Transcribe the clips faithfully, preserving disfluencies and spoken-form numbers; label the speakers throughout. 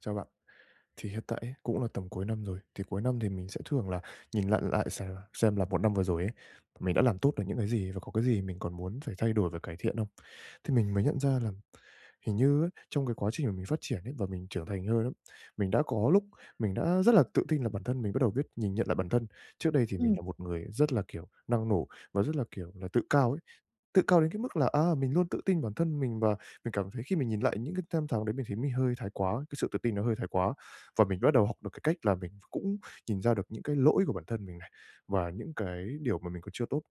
Speaker 1: Chào bạn. Thì hiện tại ấy, cũng là tầm cuối năm rồi, thì cuối năm thì mình sẽ thường là nhìn lại lại xem là xem là một năm vừa rồi ấy, mình đã làm tốt được những cái gì và có cái gì mình còn muốn phải thay đổi và cải thiện không? Thì mình mới nhận ra là hình như ấy, trong cái quá trình mà mình phát triển ấy, và mình trưởng thành hơn á, mình đã có lúc mình đã rất là tự tin là bản thân mình bắt đầu biết nhìn nhận lại bản thân. Trước đây thì mình
Speaker 2: Ừm,
Speaker 1: là một người rất là, kiểu, năng nổ và rất là, kiểu là, tự cao ấy. Tự cao đến cái mức là, à, mình luôn tự tin bản thân mình, và mình cảm thấy khi mình nhìn lại những cái năm tháng đấy mình thấy mình hơi thái quá, cái sự tự tin nó hơi thái quá. Và mình bắt đầu học được cái cách là mình cũng nhìn ra được những cái lỗi của bản thân mình này, và những cái điều mà mình còn chưa tốt.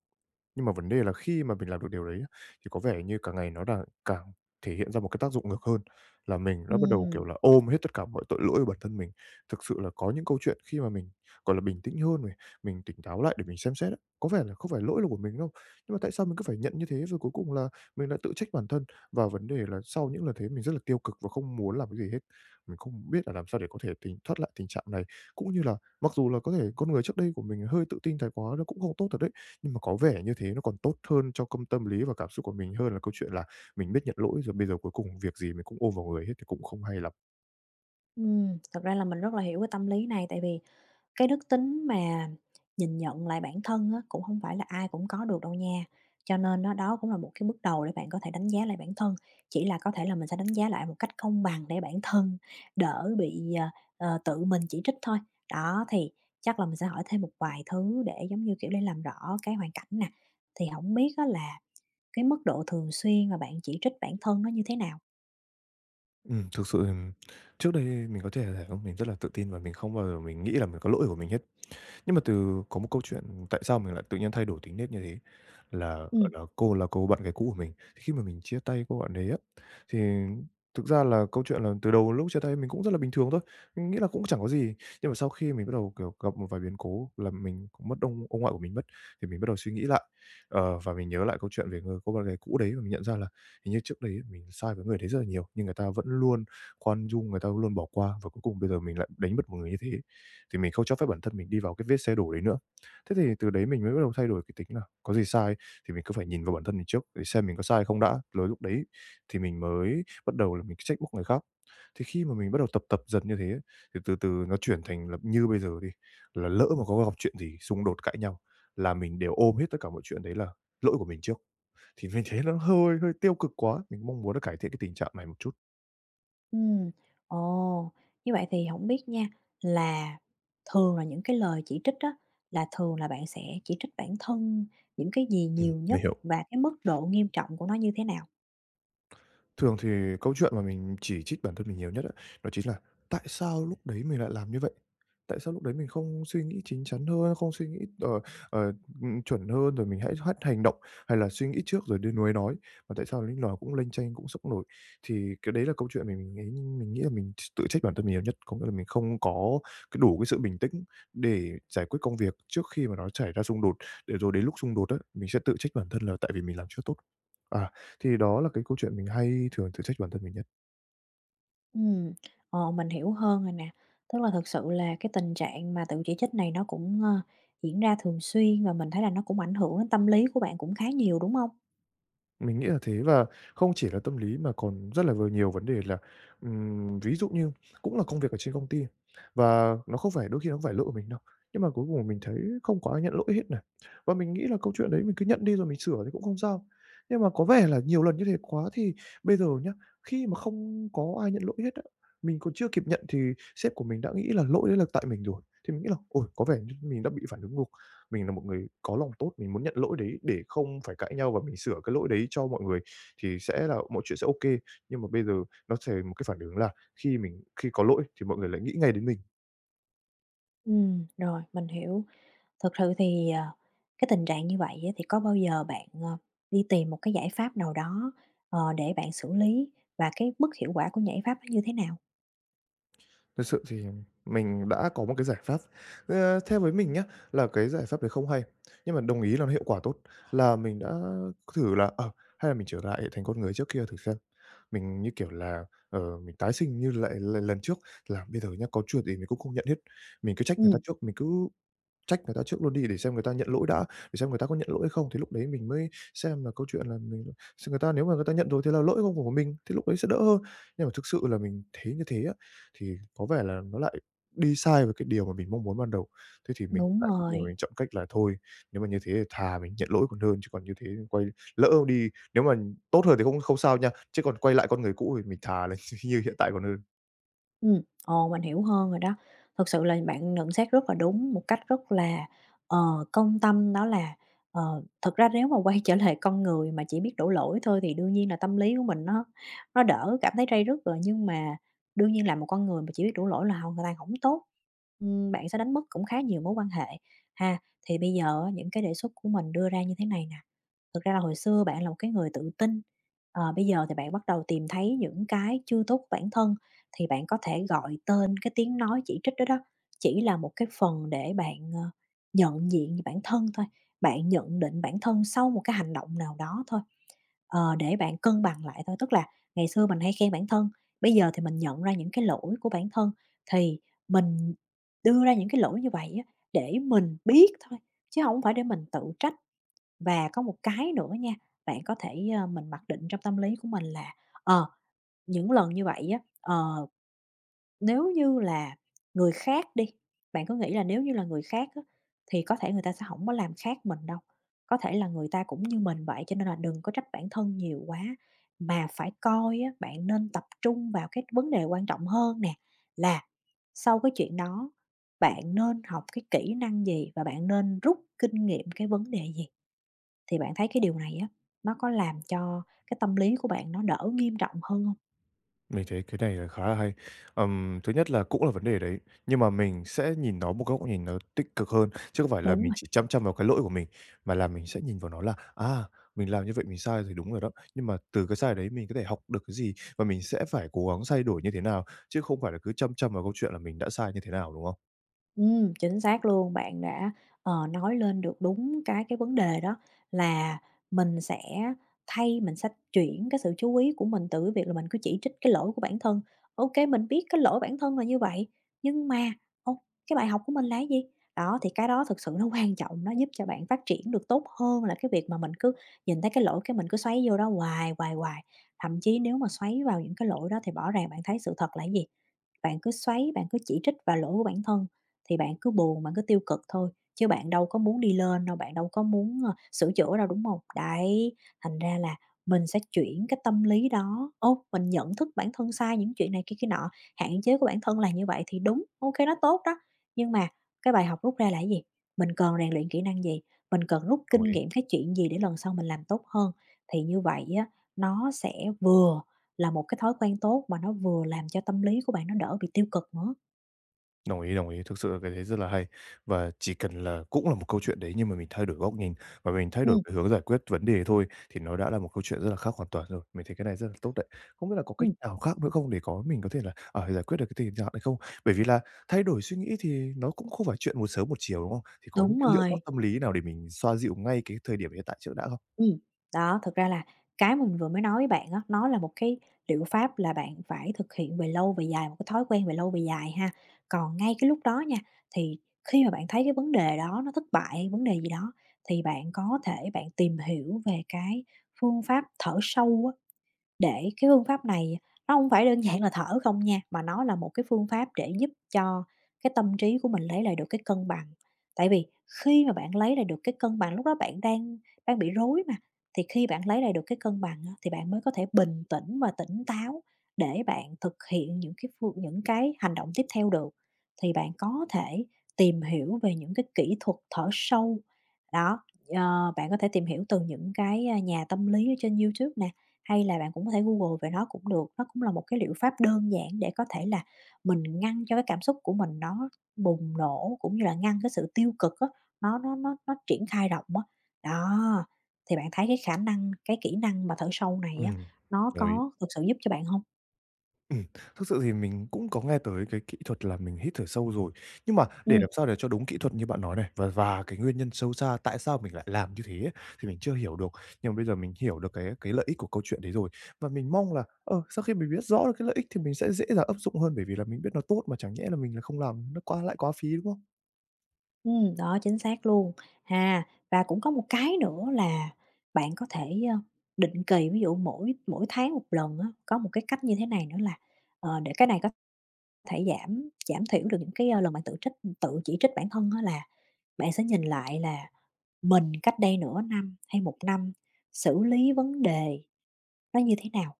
Speaker 1: Nhưng mà vấn đề là khi mà mình làm được điều đấy á, thì có vẻ như càng ngày nó đang càng thể hiện ra một cái tác dụng ngược hơn, là mình đã bắt đầu, kiểu
Speaker 2: ừm,
Speaker 1: là, ôm hết tất cả mọi tội lỗi của bản thân mình. Thực sự là có những câu chuyện khi mà mình, gọi là, bình tĩnh hơn này, mình tỉnh táo lại để mình xem xét á, có vẻ là không phải lỗi là của mình đâu, nhưng mà tại sao mình cứ phải nhận như thế? Rồi cuối cùng là mình lại tự trách bản thân, và vấn đề là sau những lần thế mình rất là tiêu cực và không muốn làm cái gì hết. Mình không biết là làm sao để có thể tình thoát lại tình trạng này, cũng như là mặc dù là có thể con người trước đây của mình hơi tự tin thái quá, nó cũng không tốt thật đấy. Nhưng mà có vẻ như thế nó còn tốt hơn cho công tâm lý và cảm xúc của mình hơn là câu chuyện là mình biết nhận lỗi, rồi bây giờ cuối cùng việc gì mình cũng ôm vào người hết thì cũng không hay lắm.
Speaker 2: ừm, Thật ra là mình rất là hiểu cái tâm lý này, tại vì cái đức tính mà nhìn nhận lại bản thân á, cũng hông phải là ai cũng có được đâu nha. Cho nên á, đó cũng là một cái bước đầu để bạn có thể đánh giá lại bản thân, chỉ là có thể là mình sẽ đánh giá lại một cách công bằng để bản thân đỡ bị, ờ, ờ, tự mình chỉ trích thôi. Đó, thì chắc là mình sẽ hỏi thêm một vài thứ để, giống như kiểu, để làm rõ cái hoàn cảnh nè, thì hổng biết á là cái mức độ thường xuyên mà bạn chỉ trích bản thân nó như thế nào?
Speaker 1: Ừm, thực sự, ừm, trước đây mình có thể thể Mình rất là tự tin và mình không bao giờ mình nghĩ là mình có lỗi của mình hết. Nhưng mà từ có một câu chuyện tại sao mình lại tự nhiên thay đổi tính nết như thế, là,
Speaker 2: Ừm.
Speaker 1: là, cô là cô bạn gái cũ của mình. Thì khi mà mình chia tay cô bạn đấy á, thì thực ra là câu chuyện là từ đầu lúc chia tay mình cũng rất là bình thường thôi, mình nghĩ là cũng chẳng có gì. Nhưng mà sau khi mình bắt đầu, kiểu, gặp một vài biến cố là mình cũng mất ông ông ngoại của mình mất, thì mình bắt đầu suy nghĩ lại, ờ, và mình nhớ lại câu chuyện về người cô bạn gái cũ đấy, và mình nhận ra là hình như trước đấy mình sai với người đấy rất là nhiều, nhưng người ta vẫn luôn khoan dung, người ta luôn bỏ qua, và cuối cùng bây giờ mình lại đánh mất một người như thế. Thì mình không cho phép bản thân mình đi vào cái vết xe đổ đấy nữa. Thế thì từ đấy mình mới bắt đầu thay đổi cái tính là có gì sai thì mình cứ phải nhìn vào bản thân mình trước để xem mình có sai không đã, rồi lúc đấy thì mình mới bắt đầu là mình trách móc người khác. Thì khi mà mình bắt đầu tập tập dần như thế ấy, thì từ từ nó chuyển thành là như bây giờ đi, là lỡ mà có gặp chuyện gì xung đột cãi nhau là mình đều ôm hết tất cả mọi chuyện đấy là lỗi của mình trước. Thì mình thấy nó hơi hơi tiêu cực quá, mình mong muốn là cải thiện cái tình trạng này một chút.
Speaker 2: Ừm, ồ, Như vậy thì không biết nha, là thường là những cái lời chỉ trích á, là thường là bạn sẽ chỉ trích bản thân những cái gì
Speaker 1: Ừm,
Speaker 2: nhiều
Speaker 1: mình
Speaker 2: nhất
Speaker 1: hiểu.
Speaker 2: và cái mức độ nghiêm trọng của nó như thế nào?
Speaker 1: Thường thì câu chuyện mà mình chỉ trích bản thân mình nhiều nhất á, đó chính là tại sao lúc đấy mình lại làm như vậy? Tại sao lúc đấy mình không suy nghĩ chín chắn hơn, không suy nghĩ, ờ, ờ, ừm, chuẩn hơn, rồi mình hãy hắt hành động, hay là suy nghĩ trước rồi đến nuối nói, mà tại sao lúc nào cũng lênh chênh, cũng sốc nổi. Thì cái đấy là câu chuyện mình mình nghĩ mình nghĩ là mình tự trách bản thân mình nhiều nhất, có nghĩa là mình không có cái đủ cái sự bình tĩnh để giải quyết công việc trước khi mà nó xảy ra xung đột, để rồi đến lúc xung đột á, mình sẽ tự trách bản thân là tại vì mình làm chưa tốt. À, thì đó là cái câu chuyện mình hay thường tự trách bản thân mình nhất.
Speaker 2: Ừm, ờ, mình hiểu hơn rồi nè, tức là thực sự là cái tình trạng mà tự chỉ trích này nó cũng, ơ, diễn ra thường xuyên và mình thấy là nó cũng ảnh hưởng đến tâm lý của bạn cũng khá nhiều, đúng không?
Speaker 1: Mình nghĩ là thế, và không chỉ là tâm lý mà còn rất là v nhiều vấn đề là, ừm, ví dụ như cũng là công việc ở trên công ty, và nó không phải đôi khi nó không phải lỗi của mình đâu, nhưng mà cuối cùng mình thấy không có ai nhận lỗi hết này. Và mình nghĩ là câu chuyện đấy mình cứ nhận đi rồi mình sửa thì cũng không sao. Nhưng mà có vẻ là nhiều lần như thế quá thì bây giờ nhá, khi mà không có ai nhận lỗi hết á, mình còn chưa kịp nhận thì sếp của mình đã nghĩ là lỗi đấy là tại mình rồi. Thì mình nghĩ là "Ôi, có vẻ như mình đã bị phản ứng ngược." Mình là một người có lòng tốt, mình muốn nhận lỗi đấy để không phải cãi nhau và mình sửa cái lỗi đấy cho mọi người thì sẽ là mọi chuyện sẽ ok. Nhưng mà bây giờ nó thành một cái phản ứng là khi mình khi có lỗi thì mọi người lại nghĩ ngay đến mình.
Speaker 2: Ừm, rồi, mình hiểu. Thực sự thì, ờ, cái tình trạng như vậy á, thì có bao giờ bạn, ờ, đi tìm một cái giải pháp nào đó, ờ, để bạn xử lý và cái mức hiệu quả của giải pháp nó như thế nào?
Speaker 1: Thật sự thì mình đã có một cái giải pháp, ờ, theo với mình nhá, là cái giải pháp đấy không hay, nhưng mà đồng ý là nó hiệu quả tốt, là mình đã thử là, ờ, hay là mình trở lại thành con người trước kia thử xem. Mình, như kiểu là, ờ, mình tái sinh như lại l lần trước, là bây giờ nhá, có chuyện gì mình cũng không nhận hết, mình cứ trách người ta
Speaker 2: Ừm.
Speaker 1: trước, mình cứ Trách người ta trước luôn đi để xem người ta nhận lỗi đã, để xem người ta có nhận lỗi hay không, thì lúc đấy mình mới xem là câu chuyện là mình xem người ta, nếu mà người ta nhận rồi thì là lỗi không của mình, thì lúc đấy sẽ đỡ hơn. Nhưng mà thực sự là mình thấy như thế á, thì có vẻ là nó lại đi sai về cái điều mà mình mong muốn ban đầu. Thế thì mình
Speaker 2: Đúng
Speaker 1: lại
Speaker 2: rồi.
Speaker 1: cuối mình chọn cách là thôi, nếu mà như thế thì thà mình nhận lỗi còn hơn, chứ còn như thế quay lỡ đi, nếu mà tốt hơn thì không không sao nha, chứ còn quay lại con người cũ thì mình thà là như hiện tại còn hơn.
Speaker 2: Ừm, ồ, mình hiểu hơn rồi đó. Thực sự là bạn nhận xét rất là đúng, một cách rất là, ờ, công tâm đó là, ờ, thực ra nếu mà quay trở lại con người mà chỉ biết đổ lỗi thôi thì đương nhiên là tâm lý của mình nó nó đỡ cảm thấy day dứt rồi, nhưng mà đương nhiên là một con người mà chỉ biết đổ lỗi là hoàn toàn không tốt. Ừm, bạn sẽ đánh mất cũng khá nhiều mối quan hệ ha. Thì bây giờ á, những cái đề xuất của mình đưa ra như thế này nè, thực ra là hồi xưa bạn là một cái người tự tin, ờ, bây giờ thì bạn bắt đầu tìm thấy những cái chưa tốt của bản thân thì bạn có thể gọi tên cái tiếng nói chỉ trích đó đó, chỉ là một cái phần để bạn, ờ, nhận diện về bản thân thôi, bạn nhận định bản thân sau một cái hành động nào đó thôi, ờ, để bạn cân bằng lại thôi. Tức là ngày xưa mình hay khen bản thân, bây giờ thì mình nhận ra những cái lỗi của bản thân, thì mình đưa ra những cái lỗi như vậy á, để mình biết thôi, chứ không phải để mình tự trách. Và có một cái nữa nha, bạn có thể, ơ, mình mặc định trong tâm lý của mình là, ờ, những lần như vậy á, ờ nếu như là người khác đi, bạn có nghĩ là nếu như là người khác á, thì có thể người ta sẽ không có làm khác mình đâu, có thể là người ta cũng như mình vậy, cho nên là đừng có trách bản thân nhiều quá, mà phải coi á, bạn nên tập trung vào cái vấn đề quan trọng hơn nè, là sau cái chuyện đó bạn nên học cái kỹ năng gì và bạn nên rút kinh nghiệm cái vấn đề gì? Thì bạn thấy cái điều này á, nó có làm cho cái tâm lý của bạn nó đỡ nghiêm trọng hơn không?
Speaker 1: Mình thấy cái này là khá là hay. Ừm, thứ nhất là cũng là vấn đề đấy, nhưng mà mình sẽ nhìn nó một góc nhìn nó tích cực hơn, chứ không phải là
Speaker 2: Đúng
Speaker 1: mình
Speaker 2: rồi.
Speaker 1: chỉ chăm chăm vào cái lỗi của mình, mà là mình sẽ nhìn vào nó là, à, mình làm như vậy mình sai thì đúng rồi đó, nhưng mà từ cái sai đấy mình có thể học được cái gì và mình sẽ phải cố gắng thay đổi như thế nào, chứ không phải là cứ chăm chăm vào câu chuyện là mình đã sai như thế nào, đúng không?
Speaker 2: Ừm, chính xác luôn. Bạn đã, ờ, nói lên được đúng cái cái vấn đề đó là mình sẽ thay mình sẽ chuyển cái sự chú ý của mình từ cái việc là mình cứ chỉ trích cái lỗi của bản thân. Ok, mình biết cái lỗi bản thân là như vậy, nhưng mà, ô, cái bài học của mình là cái gì? Đó, thì cái đó thực sự nó quan trọng, nó giúp cho bạn phát triển được tốt hơn là cái việc mà mình cứ nhìn thấy cái lỗi cái mình cứ xoáy vô đó hoài, hoài, hoài. Thậm chí nếu mà xoáy vào những cái lỗi đó thì rõ ràng bạn thấy sự thật là cái gì? Bạn cứ xoáy, bạn cứ chỉ trích vào lỗi của bản thân, thì bạn cứ buồn, bạn cứ tiêu cực thôi, chứ bạn đâu có muốn đi lên đâu, bạn đâu có muốn, ờ, sửa chữa đâu, đúng không? Đấy, thành ra là mình sẽ chuyển cái tâm lý đó, ô, mình nhận thức bản thân sai những chuyện này kia kia nọ, hạn chế của bản thân là như vậy thì đúng, ok nó tốt đó. Nhưng mà cái bài học rút ra là cái gì? Mình cần rèn luyện kỹ năng gì? Mình cần rút
Speaker 1: Đồng
Speaker 2: kinh
Speaker 1: ý.
Speaker 2: nghiệm cái chuyện gì để lần sau mình làm tốt hơn? Thì như vậy á, nó sẽ vừa là một cái thói quen tốt mà nó vừa làm cho tâm lý của bạn nó đỡ bị tiêu cực nữa.
Speaker 1: Đồng ý, đồng ý, thực sự là cái đấy rất là hay. Và chỉ cần là cũng là một câu chuyện đấy nhưng mà mình thay đổi góc nhìn và mình thay đổi
Speaker 2: Ừm,
Speaker 1: cái hướng giải quyết vấn đề thôi thì nó đã là một câu chuyện rất là khác hoàn toàn rồi. Mình thấy cái này rất là tốt đấy. Không biết là có cách
Speaker 2: Ừm.
Speaker 1: nào khác nữa không để có mình có thể là, à, giải quyết được cái tình trạng này không? Bởi vì là thay đổi suy nghĩ thì nó cũng không phải chuyện một sớm một chiều, đúng không? Thì có những
Speaker 2: Đúng
Speaker 1: cái liệu pháp
Speaker 2: rồi,
Speaker 1: tâm lý nào để mình xoa dịu ngay cái thời điểm hiện tại trước đã không?
Speaker 2: ừm. Đó, thực ra là cái mình vừa mới nói với bạn á, nó là một cái liệu pháp là bạn phải thực hiện về lâu về dài, một cái thói quen về lâu về dài ha. Còn ngay cái lúc đó nha, thì khi mà bạn thấy cái vấn đề đó nó thất bại, vấn đề gì đó, thì bạn có thể bạn tìm hiểu về cái phương pháp thở sâu. Để cái phương pháp này nó không phải đơn giản là thở không nha, mà nó là một cái phương pháp để giúp cho cái tâm trí của mình lấy lại được cái cân bằng. Tại vì khi mà bạn lấy lại được cái cân bằng, lúc đó bạn đang đang bị rối mà, thì khi bạn lấy lại được cái cân bằng á, thì bạn mới có thể bình tĩnh và tỉnh táo để bạn thực hiện những cái phương những cái hành động tiếp theo được. Thì bạn có thể tìm hiểu về những cái kỹ thuật thở sâu, đó, ờ, bạn có thể tìm hiểu từ những cái, a, nhà tâm lý ở trên YouTube nè, hay là bạn cũng có thể Google về nó cũng được, nó cũng là một cái liệu pháp đơn giản để có thể là mình ngăn cho cái cảm xúc của mình nó bùng nổ, cũng như là ngăn cái sự tiêu cực á, nó nó nó nó triển khai rộng á. Đó, thì bạn thấy cái khả năng cái kỹ năng mà thở sâu này á,
Speaker 1: Ừm,
Speaker 2: nó
Speaker 1: đồng ý.
Speaker 2: có thực sự giúp cho bạn không?
Speaker 1: Ừm, thực sự thì mình cũng có nghe tới cái kỹ thuật là mình hít thở sâu rồi, nhưng mà
Speaker 2: Ừ,
Speaker 1: để làm sao để cho đúng kỹ thuật như bạn nói này, và và cái nguyên nhân sâu xa tại sao mình lại làm như thế ấy, thì mình chưa hiểu được. Nhưng mà bây giờ mình hiểu được cái cái lợi ích của câu chuyện đấy rồi, và mình mong là, ờ, sau khi mình biết rõ được cái lợi ích thì mình sẽ dễ dàng áp dụng hơn, bởi vì là mình biết nó tốt mà chẳng nhẽ là mình là không làm nó quá lại quá phí, đúng không?
Speaker 2: ừm, đó, chính xác luôn. Ha, và cũng có một cái nữa là bạn có thể, ơ, định kỳ, ví dụ mỗi mỗi tháng một lần á, có một cái cách như thế này nữa là, ờ, để cái này có thể giảm giảm thiểu được những cái, ơ, lần bạn tự trích tự chỉ trích bản thân á là bạn sẽ nhìn lại là mình cách đây nửa năm hay một năm xử lý vấn đề nó như thế nào.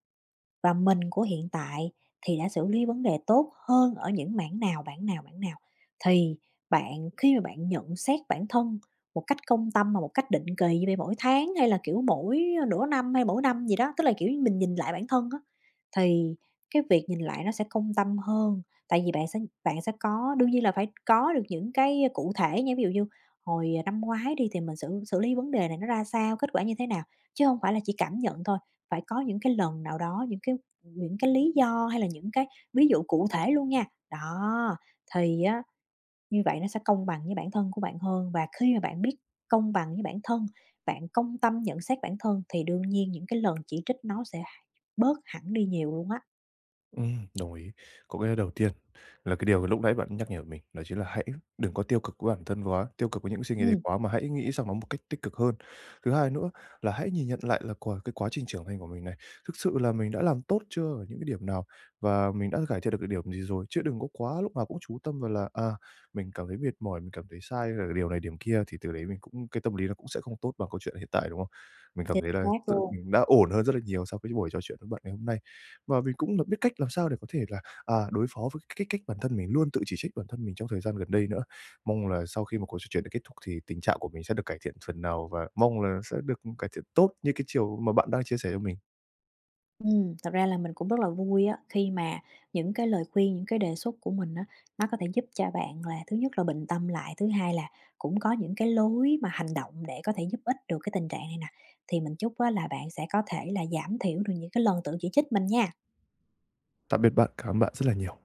Speaker 2: Và mình của hiện tại thì đã xử lý vấn đề tốt hơn ở những mảng nào, bản nào, bản nào. Thì bạn khi mà bạn nhận xét bản thân một cách công tâm mà một cách định kỳ như vậy mỗi tháng hay là, kiểu, mỗi nửa năm hay mỗi năm gì đó, tức là, kiểu, như mình nhìn lại bản thân á, thì cái việc nhìn lại nó sẽ công tâm hơn. Tại vì bạn sẽ bạn sẽ có đương nhiên là phải có được những cái cụ thể nha, ví dụ như hồi năm ngoái đi thì mình xử xử lý vấn đề này nó ra sao, kết quả như thế nào, chứ không phải là chỉ cảm nhận thôi, phải có những cái lần nào đó, những cái những cái lý do hay là những cái ví dụ cụ thể luôn nha. Đó, thì á, như vậy nó sẽ công bằng với bản thân của bạn hơn và khi mà bạn biết công bằng với bản thân, bạn công tâm nhận xét bản thân thì đương nhiên những cái lần chỉ trích nó sẽ bớt hẳn đi nhiều luôn á.
Speaker 1: Ừm, đồng ý. Có cái đầu tiên. Là cái điều lúc nãy bạn nhắc nhở mình, đó chính là hãy đừng có tiêu cực với bản thân quá, tiêu cực với những suy nghĩ đấy
Speaker 2: Ừm,
Speaker 1: quá, mà hãy nghĩ sang nó một cách tích cực hơn. Thứ hai nữa là hãy nhìn nhận lại là qua cái quá trình trưởng thành của mình này, thực sự là mình đã làm tốt chưa ở những cái điểm nào và mình đã cải thiện được cái điểm gì rồi, chứ đừng có quá lúc nào cũng chú tâm vào là, à, mình cảm thấy mệt mỏi, mình cảm thấy sai ở điều này điểm kia, thì từ đấy mình cũng cái tâm lý nó cũng sẽ không tốt bằng câu chuyện hiện tại, đúng không? Mình cảm
Speaker 2: Chính
Speaker 1: thấy là
Speaker 2: xác
Speaker 1: sự
Speaker 2: luôn.
Speaker 1: mình đã ổn hơn rất là nhiều sau cái buổi trò chuyện với bạn ngày hôm nay. Và mình cũng là biết cách làm sao để có thể là à, đối phó với cái cách cách bản thân mình luôn tự chỉ trích bản thân mình trong thời gian gần đây nữa. Mong là sau khi mà cuộc trò chuyện đã kết thúc thì tình trạng của mình sẽ được cải thiện phần nào và mong là sẽ được cải thiện tốt như cái chiều mà bạn đang chia sẻ cho mình.
Speaker 2: Ừm, thật ra là mình cũng rất là vui á, khi mà những cái lời khuyên, những cái đề xuất của mình á, nó có thể giúp cho bạn là thứ nhất là bình tâm lại, thứ hai là cũng có những cái lối mà hành động để có thể giúp ích được cái tình trạng này nè. Thì mình chúc á là bạn sẽ có thể là giảm thiểu được những cái lần tự chỉ trích mình nha.
Speaker 1: Tạm biệt bạn, cảm ơn bạn rất là nhiều.